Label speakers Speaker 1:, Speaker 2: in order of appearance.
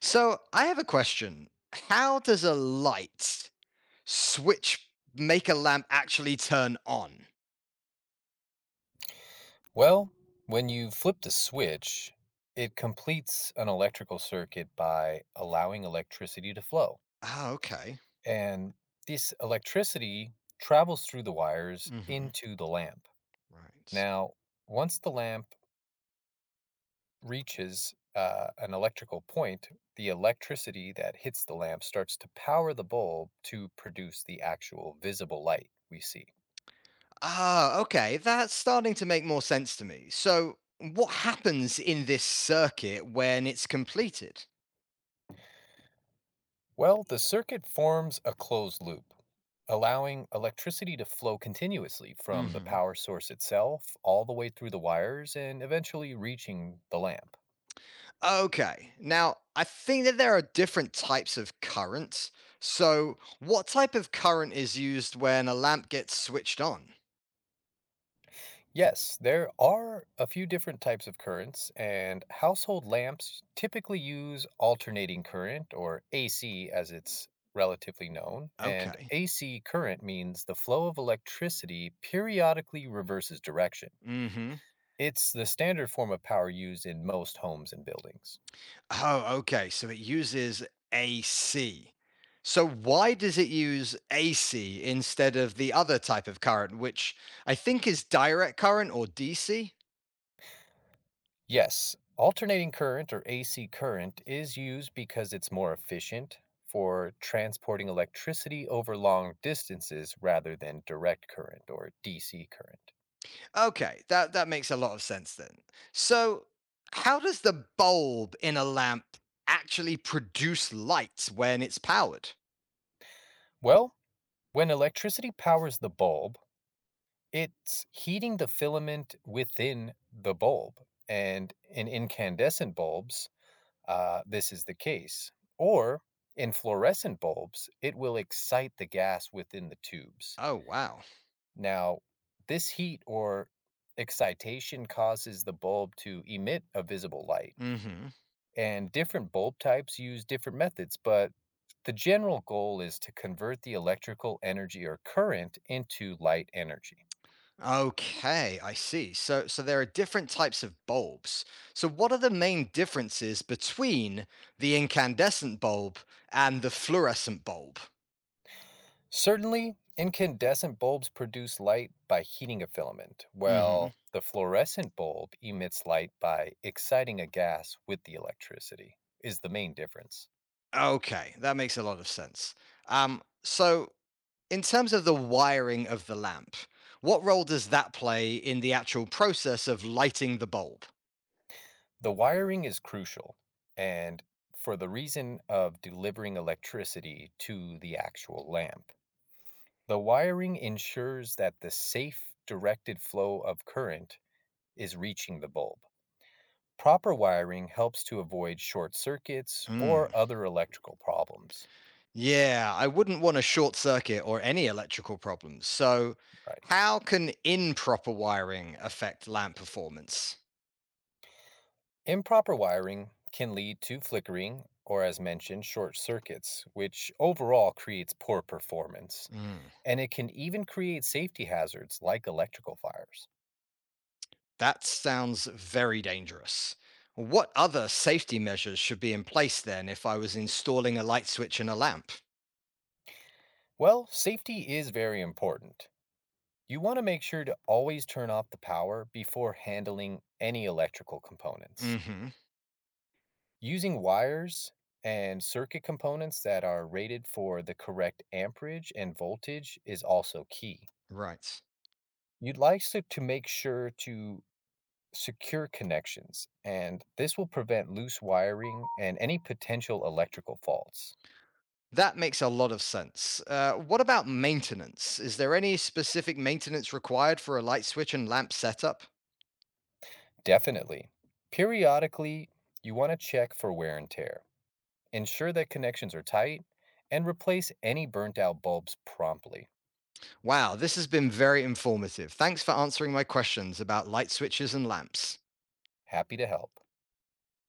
Speaker 1: So I have a question. How does a light switch make a lamp actually turn on?
Speaker 2: Well, when you flip the switch, it completes an electrical circuit by allowing electricity to flow.
Speaker 1: Ah, okay.
Speaker 2: And this electricity travels through the wires
Speaker 1: Mm-hmm.
Speaker 2: into the lamp.
Speaker 1: Right.
Speaker 2: Now, once the lamp reaches an electrical point, the electricity that hits the lamp starts to power the bulb to produce the actual visible light we see.
Speaker 1: Ah, okay. That's starting to make more sense to me. So what happens in this circuit when it's completed?
Speaker 2: Well, the circuit forms a closed loop, allowing electricity to flow continuously from the
Speaker 1: Mm-hmm.
Speaker 2: power source itself all the way through the wires and eventually reaching the lamp.
Speaker 1: Okay. Now, I think that there are different types of current. So what type of current is used when a lamp gets switched on?
Speaker 2: Yes, there are a few different types of currents, and household lamps typically use alternating current, or AC as it's relatively known. And
Speaker 1: Okay.
Speaker 2: AC current means the flow of electricity periodically reverses direction. It's the standard form of power used in most homes and buildings.
Speaker 1: Oh, okay. So it uses AC. So why does it use AC instead of the other type of current, which I think is direct current or DC?
Speaker 2: Yes, alternating current or AC current is used because it's more efficient for transporting electricity over long distances rather than direct current or DC current.
Speaker 1: Okay, that makes a lot of sense then. So how does the bulb in a lamp actually produce light when it's powered?
Speaker 2: Well, when electricity powers the bulb, it's heating the filament within the bulb. And in incandescent bulbs, this is the case. Or in fluorescent bulbs, it will excite the gas within the tubes.
Speaker 1: Oh, wow.
Speaker 2: Now, this heat or excitation causes the bulb to emit a visible light,
Speaker 1: Hmm.
Speaker 2: and different bulb types use different methods, but the general goal is to convert the electrical energy or current into light energy.
Speaker 1: Okay, I see. So there are different types of bulbs. So what are the main differences between the incandescent bulb and the fluorescent bulb?
Speaker 2: Certainly, incandescent bulbs produce light by heating a filament,
Speaker 1: Hmm.
Speaker 2: while the fluorescent bulb emits light by exciting a gas with the electricity, is the main difference.
Speaker 1: Okay, that makes a lot of sense. So in terms of the wiring of the lamp, what role does that play in the actual process of lighting the bulb?
Speaker 2: The wiring is crucial, and for the reason of delivering electricity to the actual lamp. The wiring ensures that the safe directed flow of current is reaching the bulb. Proper wiring helps to avoid short circuits
Speaker 1: Hmm.
Speaker 2: or other electrical problems.
Speaker 1: Yeah, I wouldn't want a short circuit or any electrical problems. So
Speaker 2: Right.
Speaker 1: how can improper wiring affect lamp performance?
Speaker 2: Improper wiring can lead to flickering or, as mentioned, short circuits, which overall creates poor performance,
Speaker 1: Mm,
Speaker 2: and it can even create safety hazards like electrical fires.
Speaker 1: that sounds very dangerous. What other safety measures should be in place then if I was installing a light switch in a lamp?
Speaker 2: Well, safety is very important. You want to make sure to always turn off the power before handling any electrical components.
Speaker 1: Hmm.
Speaker 2: Using wires and circuit components that are rated for the correct amperage and voltage is also key.
Speaker 1: Right.
Speaker 2: You'd like to make sure to secure connections, and this will prevent loose wiring and any potential electrical faults.
Speaker 1: That makes a lot of sense. What about maintenance? Is there any specific maintenance required for a light switch and lamp setup?
Speaker 2: Definitely. Periodically, you want to check for wear and tear, ensure that connections are tight, and replace any burnt out bulbs promptly.
Speaker 1: Wow, this has been very informative. Thanks for answering my questions about light switches and lamps.
Speaker 2: Happy to help.